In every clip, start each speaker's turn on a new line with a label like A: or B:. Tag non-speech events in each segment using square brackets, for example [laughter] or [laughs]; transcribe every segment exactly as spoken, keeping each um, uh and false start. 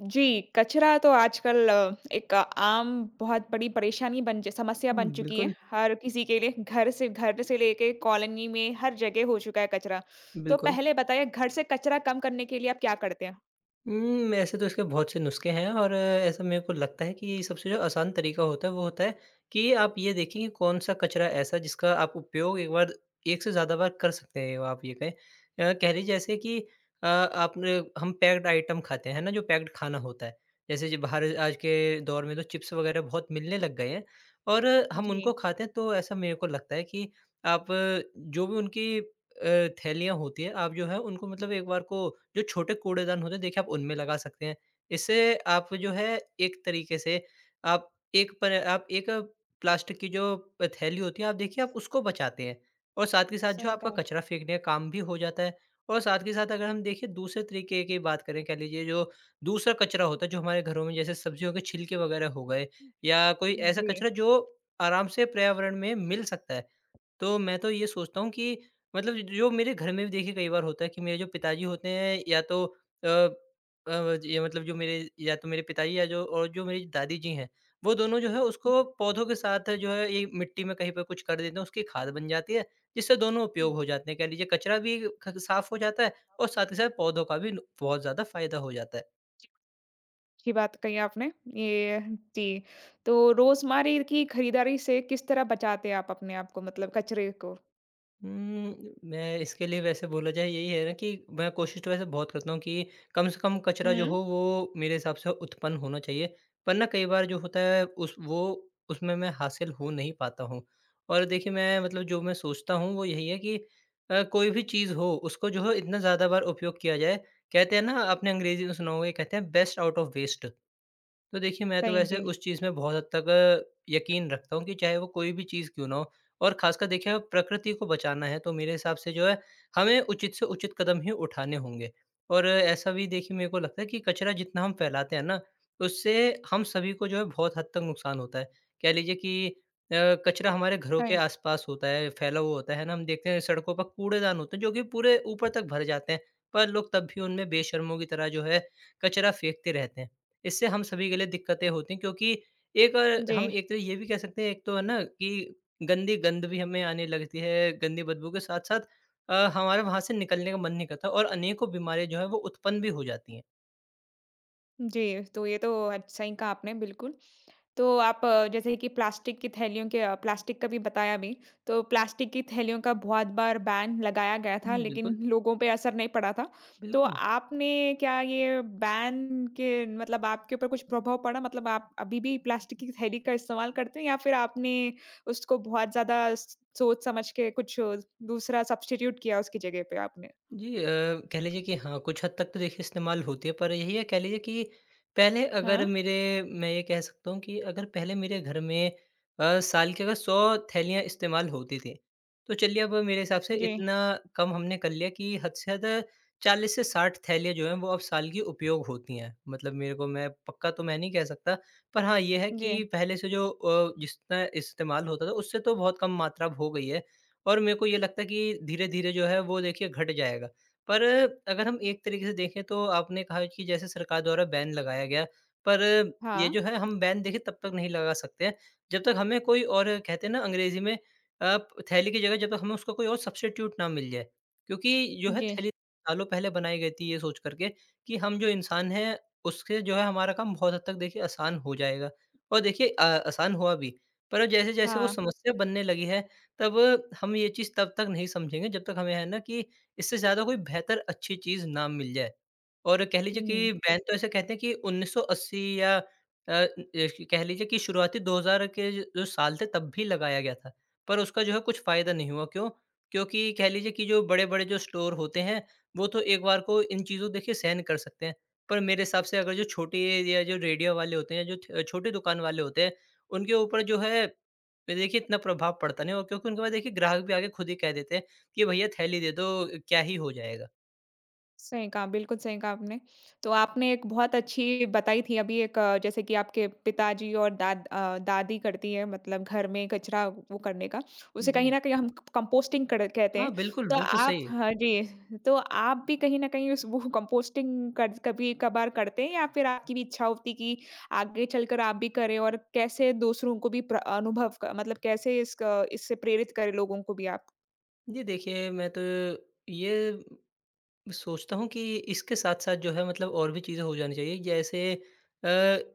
A: जी, कचरा तो आजकल अ, एक आम बहुत बड़ी परेशानी बन च समस्या बन
B: हुँ,
A: चुकी है।
B: बिल्कुल,
A: हर किसी के लिए घर से घर से लेके कॉलोनी में हर जगह हो चुका है कचरा। तो
B: बिल्कुल।
A: पहले बताइए घर से कचरा कम करने के लिए आप क्या करते हैं?
B: उम, ऐसे तो इसके बहुत से नुस्खे हैं और ऐसा मेरे को लगता है कि सबसे जो आसान तरीका होता है, वो होता है कि आप ये देखें कि कौन-सा कचरा ऐसा है, जिसका आप उपयोग एक बार एक से ज़्यादा बार कर सकते हैं, आप ये कहें। अ, कह लीजिए जैसे कि अ, आपने हम पैक्ड आइटम खाते हैं, है ना, जो पैक्ड खाना होता है। जैसे जो बाहर आज के दौर में तो चिप्स वगैरह बहुत मिलने लग गए हैं और हम
A: जी,
B: उनको खाते हैं, तो ऐसा मेरे को लगता है कि आप जो भी उनकी अ, थैलियाँ होती हैं, आप जो है उनको मतलब एक बार को जो छोटे कूड़ेदान होते हैं देखिए आप उनमें लगा सकते हैं। इससे आप जो है एक तरीके से आप एक पर आप एक प्लास्टिक की जो अ, थैली होती है आप देखिए आप उसको बचाते हैं और साथ के साथ जो
A: सही
B: आपका
A: कहा।
B: कचरा फेंकने का काम भी हो जाता है। और साथ के साथ अगर हम देखिए दूसरे तरीके की बात करें, कह लीजिए जो दूसरा कचरा होता है जो हमारे घरों में जैसे सब्जियों के छिलके वगैरह हो गए या कोई ऐसा
A: जी।
B: कचरा जो आराम से पर्यावरण में मिल सकता है। तो मैं तो ये सोचता हूँ कि मतलब जो मेरे घर में भी देखिए कई बार होता है कि मेरे जो पिताजी होते हैं या तो अ अ, ये मतलब जो मेरे या तो मेरे पिताजी या जो और जो मेरी दादी जी हैं, वो दोनों जो है उसको पौधों के साथ जो है ये मिट्टी में कहीं पे कुछ कर देते हैं, उसकी खाद बन जाती है, जिससे दोनों
A: हुँ।
B: उपयोग हो जाते हैं। कह लीजिए कचरा भी ख साफ़ हो जाता है और साथ ही साथ पौधों का भी न बहुत ज़्यादा फ़ायदा हो जाता है।
A: जी, अच्छी बात कही आपने। ये जी, तो रोज़मर्रा की खरीदारी से किस तरह बचाते हैं आप अपने आप को मतलब कचरे को?
B: हुँ, मैं इसके लिए वैसे बोला जाए यही है ना कि मैं कोशिश तो वैसे बहुत करता हूँ कि कम से कम कचरा जो
A: हुँ,
B: हो वो मेरे हिसाब से उत्पन्न होना चाहिए। पर ना कई बार जो होता है उस वो उसमें मैं हासिल हो नहीं पाता हूँ। और देखिए मैं मतलब जो मैं सोचता हूँ वो यही है कि अ, कोई भी चीज़ हो उसको जो है इतना ज़्यादा बार उपयोग किया जाए। कहते हैं ना आपने अंग्रेज़ी में सुना होगा ये कहते हैं, बेस्ट आउट ऑफ वेस्ट। तो देखिए, मैं तो
A: सही
B: वैसे
A: जी।
B: उस चीज़ में बहुत हद तक अ, यकीन रखता हूँ कि चाहे वो कोई भी चीज़ क्यों ना हो। और ख़ासकर देखिए अगर प्रकृति को बचाना है तो मेरे हिसाब से जो है हमें उचित से उचित कदम ही उठाने होंगे। और अ, ऐसा भी देखिए मेरे को लगता है कि कचरा जितना हम फैलाते हैं ना, उससे हम सभी को जो है बहुत हद तक नुकसान होता है। कह लीजिए कि अ, कचरा हमारे घरों के
A: हाँ,
B: आस-पास होता है, फैला हुआ होता है ना, हम देखते हैं सड़कों पर कूड़ेदान होते हैं जो कि पूरे ऊपर तक भर जाते हैं, पर लोग तब भी उनमें बेशर्मों की तरह जो है कचरा फेंकते रहते हैं। इससे हम सभी के लिए दिक्कतें होती हैं, क्योंकि एक अ,
A: जी।
B: हम एक तरह ये भी कह सकते हैं एक तो है ना कि गंदी गंध भी हमें आने लगती है, गंदी बदबू के साथ-साथ अ, हमारा वहाँ से निकलने का मन नहीं करता और अनेकों बीमारियाँ जो हैं वो उत्पन्न भी हो जाती हैं।
A: जी, तो ये तो अच सही कहा आपने बिल्कुल। तो आप अ, जैसे कि प्लास्टिक की थैलियों के अ, प्लास्टिक का भी बताया अभी। तो प्लास्टिक की थैलियों का बहुत बार बैन लगाया गया था,
B: हुँ,
A: लेकिन
B: बिल्कुल,
A: लोगों पे असर नहीं पड़ा था। तो
B: बिल्कुल।
A: आपने क्या ये बैन के मतलब आपके ऊपर कुछ प्रभाव पड़ा? मतलब आप अभी भी प्लास्टिक की थैली का इस्तेमाल करते हैं या फिर आपने उसको बहुत ज़्यादा स सोच समझ के कुछ अ, दूसरा सब्स्टिट्यूट किया उसकी जगह पे आपने?
B: जी अ, कह लीजिए कि हाँ, कुछ हद तक तो देखिए इस्तेमाल होती है, पर यही है कह लीजिए कि पहले
A: हाँ,
B: अगर मेरे मैं ये कह सकता हूँ कि अगर पहले मेरे घर में अ, साल की अगर सौ थैलियाँ इस्तेमाल होती थीं, तो चलिए अब मेरे हिसाब से
A: जी,
B: इतना कम हमने कर लिया कि हद से हद चालीस से साठ थैलियाँ जो हैं, वो अब साल की उपयोग होती हैं। मतलब मेरे को मैं पक्का तो मैं नहीं कह सकता, पर हाँ, ये है
A: जी।
B: कि पहले से जो अ, जितना इस्तेमाल होता था, उससे तो बहुत कम मात्रा अब हो गई है। और मेरे को ये लगता है कि धीरे-धीरे जो है वो देखिए घट जाएगा। पर अगर हम एक तरीके से देखें तो आपने कहा कि जैसे सरकार द्वारा बैन लगाया गया, पर ये
A: हाँ,
B: जो है हम बैन देखिए तब तक नहीं लगा सकते हैं, जब तक हमें कोई और कहते हैं ना अंग्रेज़ी में अ, थैली की जगह जब तक हमें उसका कोई और सब्स्टिट्यूट ना मिल जाए। क्योंकि जो है
A: जी,
B: थैली सालों पहले बनाई गई थी ये सोच कर के कि हम जो इंसान हैं उससे जो है हमारा काम बहुत हद तक देखिए आसान हो जाएगा। और देखिए अ, आसान हुआ भी, पर जैसे-जैसे वो
A: हाँ।
B: समस्या बनने लगी है तब हम ये चीज़ तब तक नहीं समझेंगे जब तक हमें है ना कि इससे ज़्यादा कोई बेहतर अच्छी चीज़ ना मिल जाए। और कह लीजिए
A: हुँ।
B: कि बैन तो ऐसे कहते हैं कि उन्नीस सौ अस्सी या अ, ए कह लीजिए कि शुरुआती दो हज़ार के जो साल थे तब भी लगाया गया था। पर उसका जो है कुछ फ़ायदा नहीं हुआ क्यों? क्योंकि कह लीजिए कि जो बड़े-बड़े जो स्टोर होते हैं, वो तो एक बार को इन चीज़ों देखिए सहन कर सकते हैं। पर मेरे हिसाब से अगर जो छोटे या जो रेडियो वाले होते हैं, जो छ छोटी दुकान वाले होते हैं, उनके ऊपर जो है पे देखिए इतना प्रभाव पड़ता नहीं और क्योंकि उनके पास देखिए ग्राहक भी आके खुद ही कह देते हैं कि भैया थैली दे दो, क्या ही हो जाएगा।
A: सही कहा, बिल्कुल सही कहा आपने। तो आपने एक बहुत अच्छी बताई थी अभी एक अ, जैसे कि आपके पिताजी और दाद अ, दादी करती है मतलब घर में कचरा वो करने का। उसे
B: जी।
A: कहीं न कहीं हम क कंपोस्टिंग कर कहते
B: हाँ,
A: हैं।
B: बिल्कुल,
A: तो
B: बिल्कुल
A: आप,
B: सही। है।
A: हाँ जी, तो आप भी कहीं न कहीं उस वो कंपोस्टिंग कर कभी-कभार करते हैं या फिर आपकी भी इच्छा होती कि आगे चलकर आप भी करें और कैसे दूसरों को भी प्र अनुभव क मतलब कैसे इसक इससे प्रेरित करें लोगों को भी आप?
B: जी देखिए मैं तो ये सोचता हूँ कि इसके साथ-साथ जो है मतलब और भी चीज़ें हो जानी चाहिए, जैसे अ,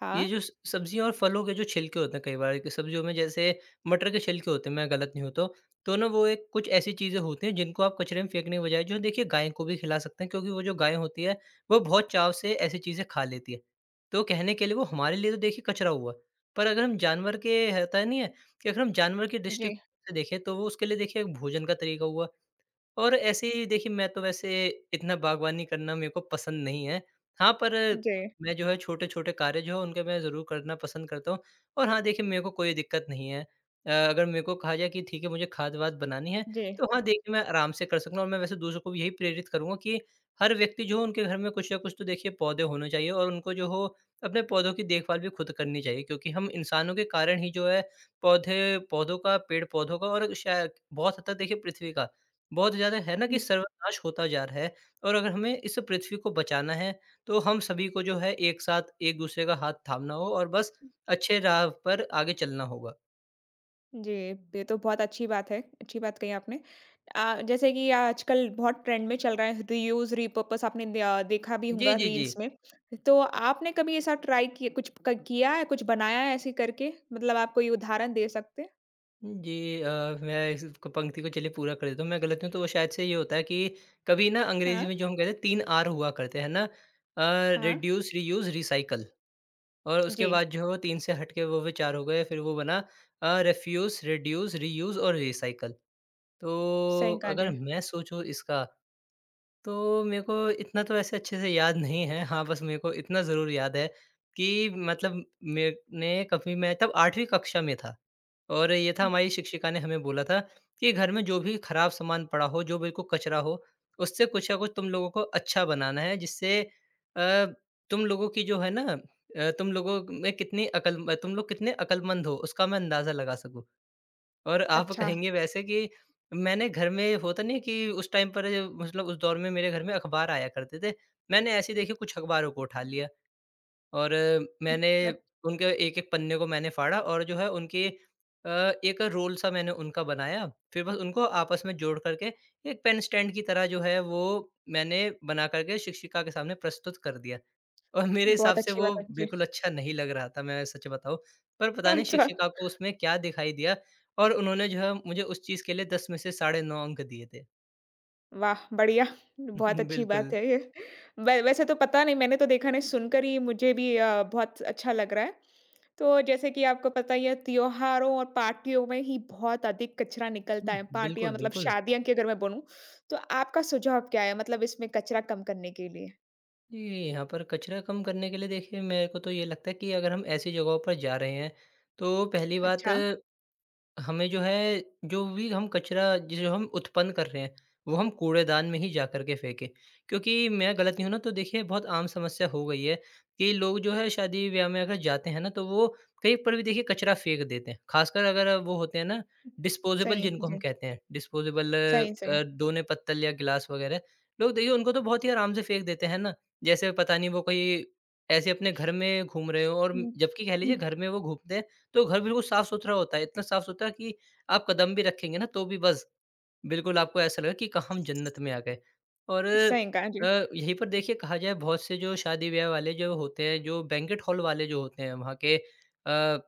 A: हाँ।
B: ये जो स सब्जियों और फलों के जो छिलके होते हैं कई बार कि सब्जियों में जैसे मटर के छिलके होते हैं मैं गलत नहीं हूँ तो, तो ना वो एक कुछ ऐसी चीज़ें होती हैं जिनको आप कचरे में फेंकने के बजाय जो है, देखिए गाय को भी खिला सकते हैं क्योंकि वो जो गाय होती है वो बहुत चाव से ऐसी चीज़ें खा लेती है। तो कहने के लिए वो हमारे लिए तो देखिए कचरा हुआ, पर अगर हम जानवर के होता है नहीं है कि अगर हम जानवर की
A: जी,
B: दृष्टिकोण से देखें तो वो उसके लिए देखिए एक भोजन का तरीका हुआ। और ऐसे ही देखिए मैं तो वैसे इतना बागवानी करना मेरे को पसंद नहीं है। हाँ, पर
A: जी,
B: मैं जो है छोटे-छोटे कार्य जो हैं उनके मैं ज़रूर करना पसंद करता हूँ और हाँ, देखिए मेरे को कोई दिक्कत नहीं है। अ, अगर मेरे को कहा जाए कि ठीक है मुझे खाद-वाद बनानी है,
A: जी।
B: तो हाँ, देखिए मैं आराम से कर सकता हूँ और मैं वैसे दूसरों को भी यही प्रेरित करूँगा कि हर व्यक्ति जो है उनके घर में कुछ ना कुछ तो देखिए पौधे होने चाहिए और उनको जो हो अपने पौधों की देखभाल भी खुद करनी चाहिए क्योंकि हम इंसानों के कारण ही जो है पौधे पौधों का, पेड़-पौधों का और शायद बहुत हद तक देखिए पृथ्वी का बहुत ज़्यादा है ना कि
A: हुँ।
B: सर्वनाश होता जा रहा है। और अगर हमें इस पृथ्वी को बचाना है, तो हम सभी को जो है एक साथ एक-दूसरे का हाथ थामना हो और बस अच्छे राह पर आगे चलना होगा।
A: जी, ये तो बहुत अच्छी बात है, अच्छी बात कही आपने। अ, जैसे कि आजकल बहुत ट्रेंड में चल रहा है रीयूज़, रिपर्पस, आपने दिया देखा भी होगा
B: जी, जी, जी।
A: रील्स में। तो आपने कभी ऐसा ट्राई किया कुछ क किया है, कुछ बनाया है ऐसे करके? मतलब आप कोई उदाहरण दे सकते हैं?
B: जी अ, मैं इस क पंक्ति को चलिए पूरा कर देता हूँ, मैं गलत हूँ तो वो शायद से ये होता है कि कभी ना
A: हाँ,
B: अंग्रेज़ी में जो हम कहते हैं तीन आर हुआ करते हैं ना अ,
A: हाँ।
B: Reduce, reuse, recycle. और उसके
A: जी,
B: बाद जो है वो तीन से हट के वो भी चार हो गए, फिर वो बना अ, रिफ्यूज़, रिड्यूस, रीयूज़ और रीसाइकल। तो
A: सही कहा जी।
B: अगर मैं सोचूँ इसका, तो मेरे को इतना तो वैसे अच्छे से याद नहीं है। हाँ, बस मेरे को इतना ज़रूर याद है कि मतलब मैंने कभी मैं तब आठवीं कक्षा में था और ये था
A: हुँ,
B: हमारी शिक्षिका ने हमें बोला था कि घर में जो भी खराब सामान पड़ा हो, जो बिल्कुल कचरा हो, उससे कुछ ना कुछ तुम लोगों को अच्छा बनाना है जिससे अ, तुम लोगों की जो है ना अ, तुम लोगों में कितनी अकल तुम लोग कितने अकलमंद हो उसका मैं अंदाज़ा लगा सकूँ। और आप
A: अच्छा।
B: कहेंगे वैसे कि मैंने घर में होता नहीं है कि उस टाइम पर मतलब उस दौर में मेरे घर में अखबार आया करते थे। मैंने ऐसे ही देखिए कुछ अखबारों को उठा लिया और
A: हुँ,
B: मैंने
A: अ,
B: उनके एक-एक पन्ने को मैंने फाड़ा और जो है उनकी अ, एक रोल सा मैंने उनका बनाया। फिर बस उनको आपस में जोड़ कर के एक पेन स्टैंड की तरह जो है वो मैंने बना कर के शिक्षिका के सामने प्रस्तुत कर दिया। और मेरे हिसाब
A: बहुत
B: से
A: अच्छी
B: वो
A: बात है। जी,
B: बिल्कुल
A: [laughs]
B: अच्छा नहीं लग रहा था, मैं सच बताऊँ। पर पता नहीं
A: अच्छा।
B: शिक्षिका को उसमें क्या दिखाई दिया और उन्होंने जो है मुझे उस चीज़ के लिए दस में से साढ़े नौ अंक दिए थे।
A: वाह! बढ़िया, बहुत
B: [laughs]
A: अच्छी बात
B: बिल्कुल।
A: है ये। वै वैसे तो पता नहीं मैंने तो देखा नहीं, सुनकर ही मुझे भी अ, बहुत अच्छा लग रहा है। तो जैसे कि आपको पता ही है त्योहारों और पार्टियों में ही बहुत अधिक कचरा निकलता
B: हुँ,
A: है। पार्टियाँ
B: बिल्कुल,
A: मतलब
B: बिल्कुल।
A: शादियाँ की अगर मैं बोलूँ, तो आपका सुझाव क्या है मतलब इसमें कचरा कम करने के लिए?
B: जी, यहाँ पर कचरा कम करने के लिए देखिए मेरे को तो ये लगता है कि अगर हम ऐसी जगहों पर जा रहे हैं, तो पहली बात
A: अच्छा।
B: हमें जो है, जो भी हम कचरा जिसे हम उत्पन्न कर रहे हैं, वो हम कूड़ेदान में ही जा कर के फेंकें। क्योंकि मैं गलत नहीं हूँ ना, तो देखिए बहुत आम समस्या हो गई है कि लोग जो है शादी-ब्याह में अगर जाते हैं ना, तो वो कहीं पर भी देखिए कचरा फेंक देते हैं। ख़ासकर अगर वो होते हैं ना डिस्पोज़ेबल
A: सही,
B: जिनको हम
A: जी।
B: कहते हैं, डिस्पोज़ेबल
A: सही, सही।
B: अ, दोने पत्तल या गिलास वग़ैरह, लोग देखिए उनको तो बहुत ही आराम से फेंक देते हैं ना। जैसे पता नहीं वो कोई ऐसे अपने घर में घूम रहे हों, और
A: हुँ,
B: जबकि कह लीजिए
A: हुँ।
B: घर में वो घूमते हैं तो घर बिल्कुल साफ-सुथरा होता है, इतना साफ-सुथरा कि आप कदम भी रखेंगे ना तो भी बस बिल्कुल आपको ऐसा लगेगा कि कहाँ हम जन्नत में आ गए। और
A: सही कहा, जी।
B: अ, यहीं पर देखिए कहा जाए, बहुत से जो शादी-ब्याह वाले जो होते हैं, जो बैंक्वेट हॉल वाले जो होते हैं वहाँ के अ,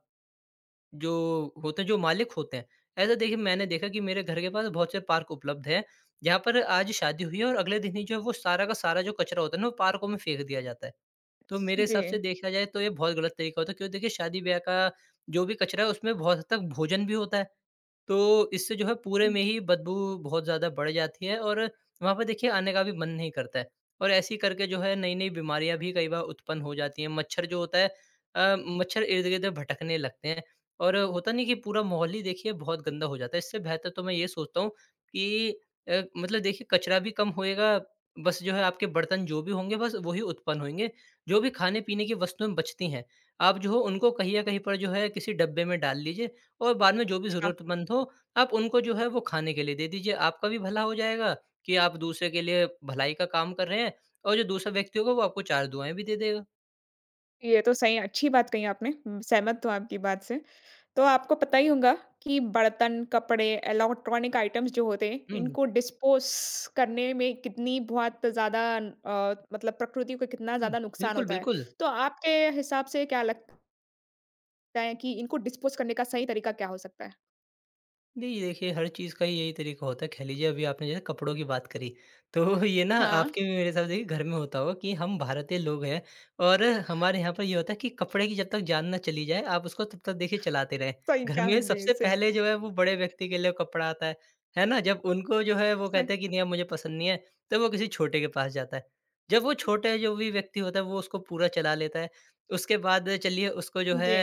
B: जो होते हैं, जो मालिक होते हैं, ऐसा देखिए मैंने देखा कि मेरे घर के पास बहुत से पार्क उपलब्ध हैं, जहाँ पर आज शादी हुई है और अगले दिन ही जो है वो सारा का सारा जो कचरा होता है ना वो पार्कों में फेंक दिया जाता है। तो मेरे
A: जी।
B: हिसाब से देखा जाए तो ये बहुत गलत तरीका होता है, क्योंकि देखिए शादी-ब्याह का जो भी कचरा है उसमें बहुत हद तक भोजन भी होता है। तो इससे जो है पूरे
A: हुँ,
B: में ही बदबू बहुत ज़्यादा बढ़ जाती है, और वहाँ पे देखिए आने का भी मन नहीं करता है। और ऐसे ही करके जो है नई-नई बीमारियाँ भी कई बार उत्पन्न हो जाती हैं। मच्छर जो होता है अ, मच्छर इर्द-गिर्द भटकने लगते हैं, और होता नहीं कि पूरा माहौल ही देखिए बहुत गंदा हो जाता है। इससे बेहतर तो मैं ये सोचता हूँ कि अ, मतलब देखिए कचरा भी कम होएगा, बस जो है आपके बर्तन जो भी होंगे बस वही उत्पन्न होंगे। जो भी खाने-पीने की वस्तुएँ बचती हैं, आप जो हो उनको कहीं या कहीं पर जो है किसी डब्बे में डाल लीजिए, और बाद में जो भी
A: अच्छा,
B: ज़रूरतमंद हो, आप उनको जो है वो खाने के लिए दे दीजिए। आपका भी भला हो जाएगा कि आप दूसरे के लिए भलाई का काम कर रहे हैं, और जो दूसरा व्यक्ति होगा वो आपको चार दुआएँ भी दे देगा।
A: ये तो सही अच्छी बात कही आपने, उम, सहमत हूँ आपकी बात से। तो आपको पता ही होगा कि बर्तन, कपड़े, इलेक्ट्रॉनिक आइटम्स जो होते हैं,
B: हुँ, हुँ।
A: इनको डिस्पोज़ करने में कितनी बहुत ज़्यादा अ, मतलब प्रकृति को कितना
B: हुँ,
A: ज़्यादा नुकसान
B: बिल्कुल,
A: होता है।
B: बिल्कुल।
A: तो आपके हिसाब से क्या लगता है कि इनको डिस्पोज़ करने का सही तरीका क्या हो सकता है?
B: नहीं, देखिए हर चीज़ का ही यही तरीका होता है। कह लीजिए अभी आपने जैसे कपड़ों की बात करी, तो [laughs] ये ना
A: हाँ,
B: आपके भी मेरे हिसाब से देखिए घर में होता होगा कि हम भारतीय लोग हैं, और हमारे यहाँ पर ये होता है कि कपड़े की जब तक जान ना चली जाए, आप उसको तब तक देखिए चलाते रहें।
A: सही
B: घर
A: कहा
B: में
A: जी,
B: सबसे
A: सही कहा,
B: पहले जो है वो बड़े व्यक्ति के लिए कपड़ा आता है, है ना? जब उनको जो है वो
A: सही
B: कहते हैं कि नहीं, अब मुझे पसंद नहीं है, तो वो किसी छोटे के पास जाता है। जब वो छोटे जो भी व्यक्ति होता है वो उसको पूरा चला लेता है, उसके बाद चलिए उसको जो है
A: जी।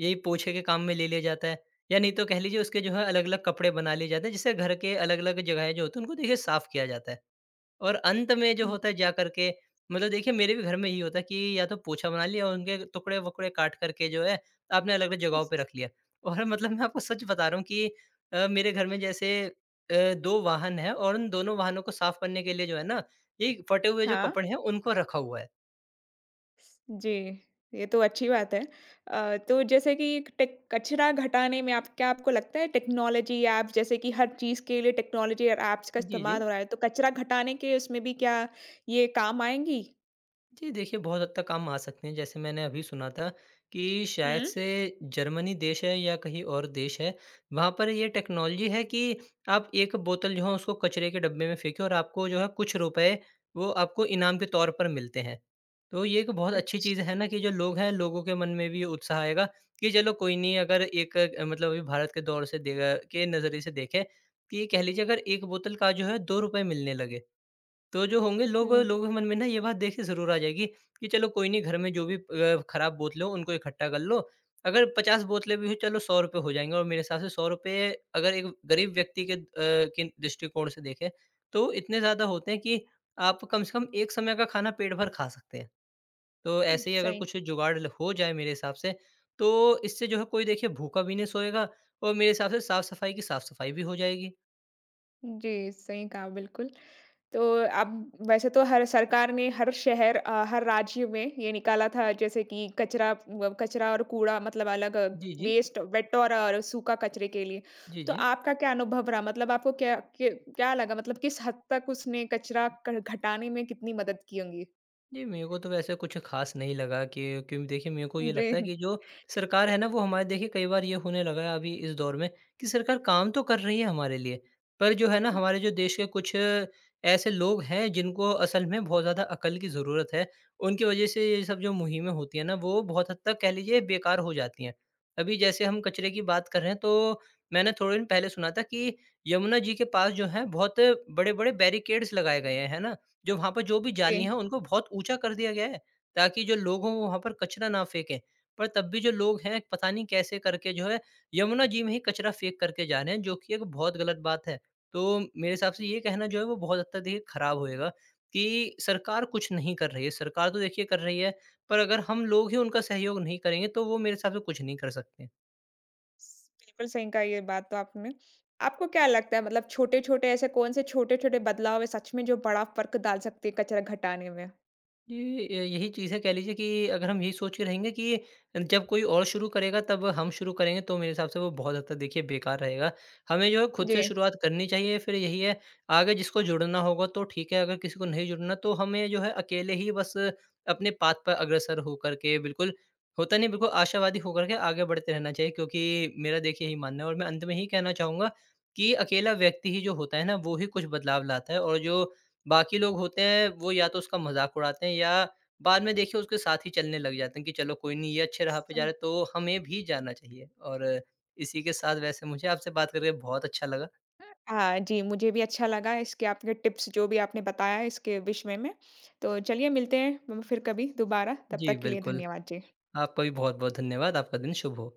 B: यही पोछे के काम में ले लिया जाता है। या नहीं तो कह लीजिए उसके जो है अलग-अलग कपड़े बना लिए जाते हैं, जिससे घर के अलग-अलग जगहें जो होती हैं, उनको देखिए साफ़ किया जाता है। और अंत में जो
A: हुँ,
B: होता है जा करके, मतलब देखिए मेरे भी घर में यही होता है कि या तो पोछा बना लिया, और उनके टुकड़े-वुकड़े काट करके जो है आपने अलग-अलग जगहों पे रख लिया। और मतलब मैं आपको सच बता रहा हूँ कि अ, मेरे घर में जैसे अ, दो वाहन हैं, और उन दोनों वाहनों को साफ़ करने के लिए जो है ना, ये फटे हुए जो
A: हाँ।
B: कपड़े हैं, उनको रखा हुआ है।
A: जी, ये तो अच्छी बात है। अ, तो जैसे कि टेक कचरा घटाने में आप क्या आपको लगता है टेक्नोलॉजी ऐप्स, जैसे कि हर चीज़ के लिए टेक्नोलॉजी और ऐप्स का
B: जी, जी।
A: इस्तेमाल हो रहा है, तो कचरा घटाने के उसमें भी क्या ये काम आएँगी?
B: जी, देखिए बहुत हद तक काम आ सकते हैं। जैसे मैंने अभी सुना था कि शायद
A: हुँ,
B: से जर्मनी देश है या कहीं और देश है, वहाँ पर ये टेक्नोलॉजी है कि आप एक बोतल जो है उसको कचरे के डब्बे में फेंके, और आपको जो है कुछ रुपए वो आपको इनाम के तौर पर मिलते हैं। तो ये एक बहुत अच्छी
A: अच्छ
B: चीज़ है ना कि जो लोग हैं, लोगों के मन में भी उत्साह आएगा कि चलो कोई नहीं, अगर एक अ, मतलब अभी भारत के दौर से देगा के नज़रिए से देखें कि कह लीजिए अगर एक बोतल का जो है दो रुपए मिलने लगे, तो जो होंगे लोग,
A: हुँ,
B: लोगों के मन में ना ये बात देख के ज़रूर आ जाएगी कि चलो कोई नहीं, घर में जो भी अ, खराब बोतलें हो उनको इकट्ठा कर लो। अगर पचास बोतलें भी हो चलो सौ रुपए हो जाएँगे, और मेरे हिसाब से सौ रुपए अगर एक गरीब व्यक्ति के अ, के दृष्टिकोण से देखें तो इतने ज़्यादा होते हैं कि आप कम से कम एक समय का खाना पेट भर खा सकते हैं। तो ऐसे ही अगर
A: सही
B: कुछ जुगाड़ ल हो जाए मेरे हिसाब से, तो इससे जो है कोई देखिए भूखा भी नहीं सोएगा, और मेरे हिसाब से साफ-सफाई की साफ-सफाई भी हो जाएगी।
A: जी, सही कहा बिल्कुल। तो अब, वैसे तो हर सरकार ने हर शहर अ, हर राज्य में ये निकाला था जैसे कि कचरा व- कचरा और कूड़ा मतलब अलग
B: जी, जी।
A: वेस्ट, वेट और, और सूखा कचरे के लिए।
B: जी,
A: तो
B: जी।
A: आपका क्या अनुभव रहा मतलब आपको क्या क्या, क्या लगा मतलब किस हद तक उसने कचरा क- घटाने में कितनी मदद की होंगी।
B: जी, मेरे को तो वैसे कुछ ख़ास नहीं लगा कि, क्योंकि देखिए मेरे को ये
A: जी
B: लगता है कि जो सरकार है ना वो हमारे देखिए कई बार ये होने लगा है अभी इस दौर में कि सरकार काम तो कर रही है हमारे लिए, पर जो है ना हमारे जो देश के कुछ ऐसे लोग हैं जिनको असल में बहुत ज़्यादा अकल की ज़रूरत है। उनकी वज़ह से ये सब जो मुहिमें होती हैं ना वो बहुत हद तक कह लीजिए बेकार हो जाती हैं। अभी जैसे हम कचरे की बात कर रहे हैं, तो मैंने थोड़े दिन पहले सुना था कि यमुना जी के पास जो है बहुत बड़े-बड़े बैरिकेड्स लगाए गए हैं, है ना? जो वहाँ पर जो भी जाली हैं,
A: जी।
B: उनको बहुत ऊँचा कर दिया गया है, ताकि जो लोग हों, वो वहाँ पर कचरा ना फेंकें। पर तब भी जो लोग हैं, पता नहीं कैसे करके जो है, यमुना जी में ही कचरा फेंक करके जा रहे हैं, जो कि एक बहुत गलत बात है। तो मेरे हिसाब से ये कहना जो है, वो बहुत हद तक देखिए खराब होएगा कि सरकार कुछ नहीं कर रही है। सरकार तो देखिए कर रही है, पर अगर हम लोग ही उनका सहयोग नहीं करेंगे, तो वो मेरे हिसाब से कुछ नहीं कर सकते।
A: स- बिल्कुल सही कहा ये बात तो आपने। आपको क्या लगता है मतलब छोटे छोटे ऐसे कौन से छोटे छोटे बदलाव है सच में जो बड़ा फर्क डाल सकते हैं कचरा घटाने में।
B: ये य यही चीज़ है, कह लीजिए कि अगर हम यही सोच के रहेंगे कि जब कोई और शुरू करेगा तब हम शुरू करेंगे, तो मेरे हिसाब से वो बहुत हद तक देखिए बेकार रहेगा। हमें जो है खुद से
A: जी।
B: शुरुआत करनी चाहिए, फिर यही है आगे जिसको जुड़ना होगा तो ठीक है, अगर किसी को नहीं जुड़ना तो हमें जो है अकेले ही बस अपने पाथ पर अग्रसर होकर के बिल्कुल, होता नहीं, बिल्कुल आशावादी होकर के आगे बढ़ते रहना चाहिए, क्योंकि मेरा देखिए यही मानना है। और मैं अंत में ही कहना चाहूँगा कि अकेला व्यक्ति ही जो होता है ना वो ही कुछ बदलाव लाता है, और जो बाकी लोग होते हैं वो या तो उसका मज़ाक उड़ाते हैं, या बाद में देखिए उसके साथ ही चलने लग जाते हैं कि चलो कोई नहीं, ये अच्छे राह पे जा रहा है तो हमें भी जाना चाहिए। और इसी के साथ वैसे मुझे आपसे बात करके बहुत अच्छा लगा।
A: हाँ जी, मुझे भी अच्छा लगा इसके आपके टिप्स जो भी आपने बताया इसके विषय में। तो चलिए मिलते हैं फिर कभी दोबारा, तब
B: जी,
A: तक के लिए
B: बिल्कुल।
A: धन्यवाद जी।
B: आपका भी बहुत-बहुत धन्यवाद। आपका दिन शुभ हो।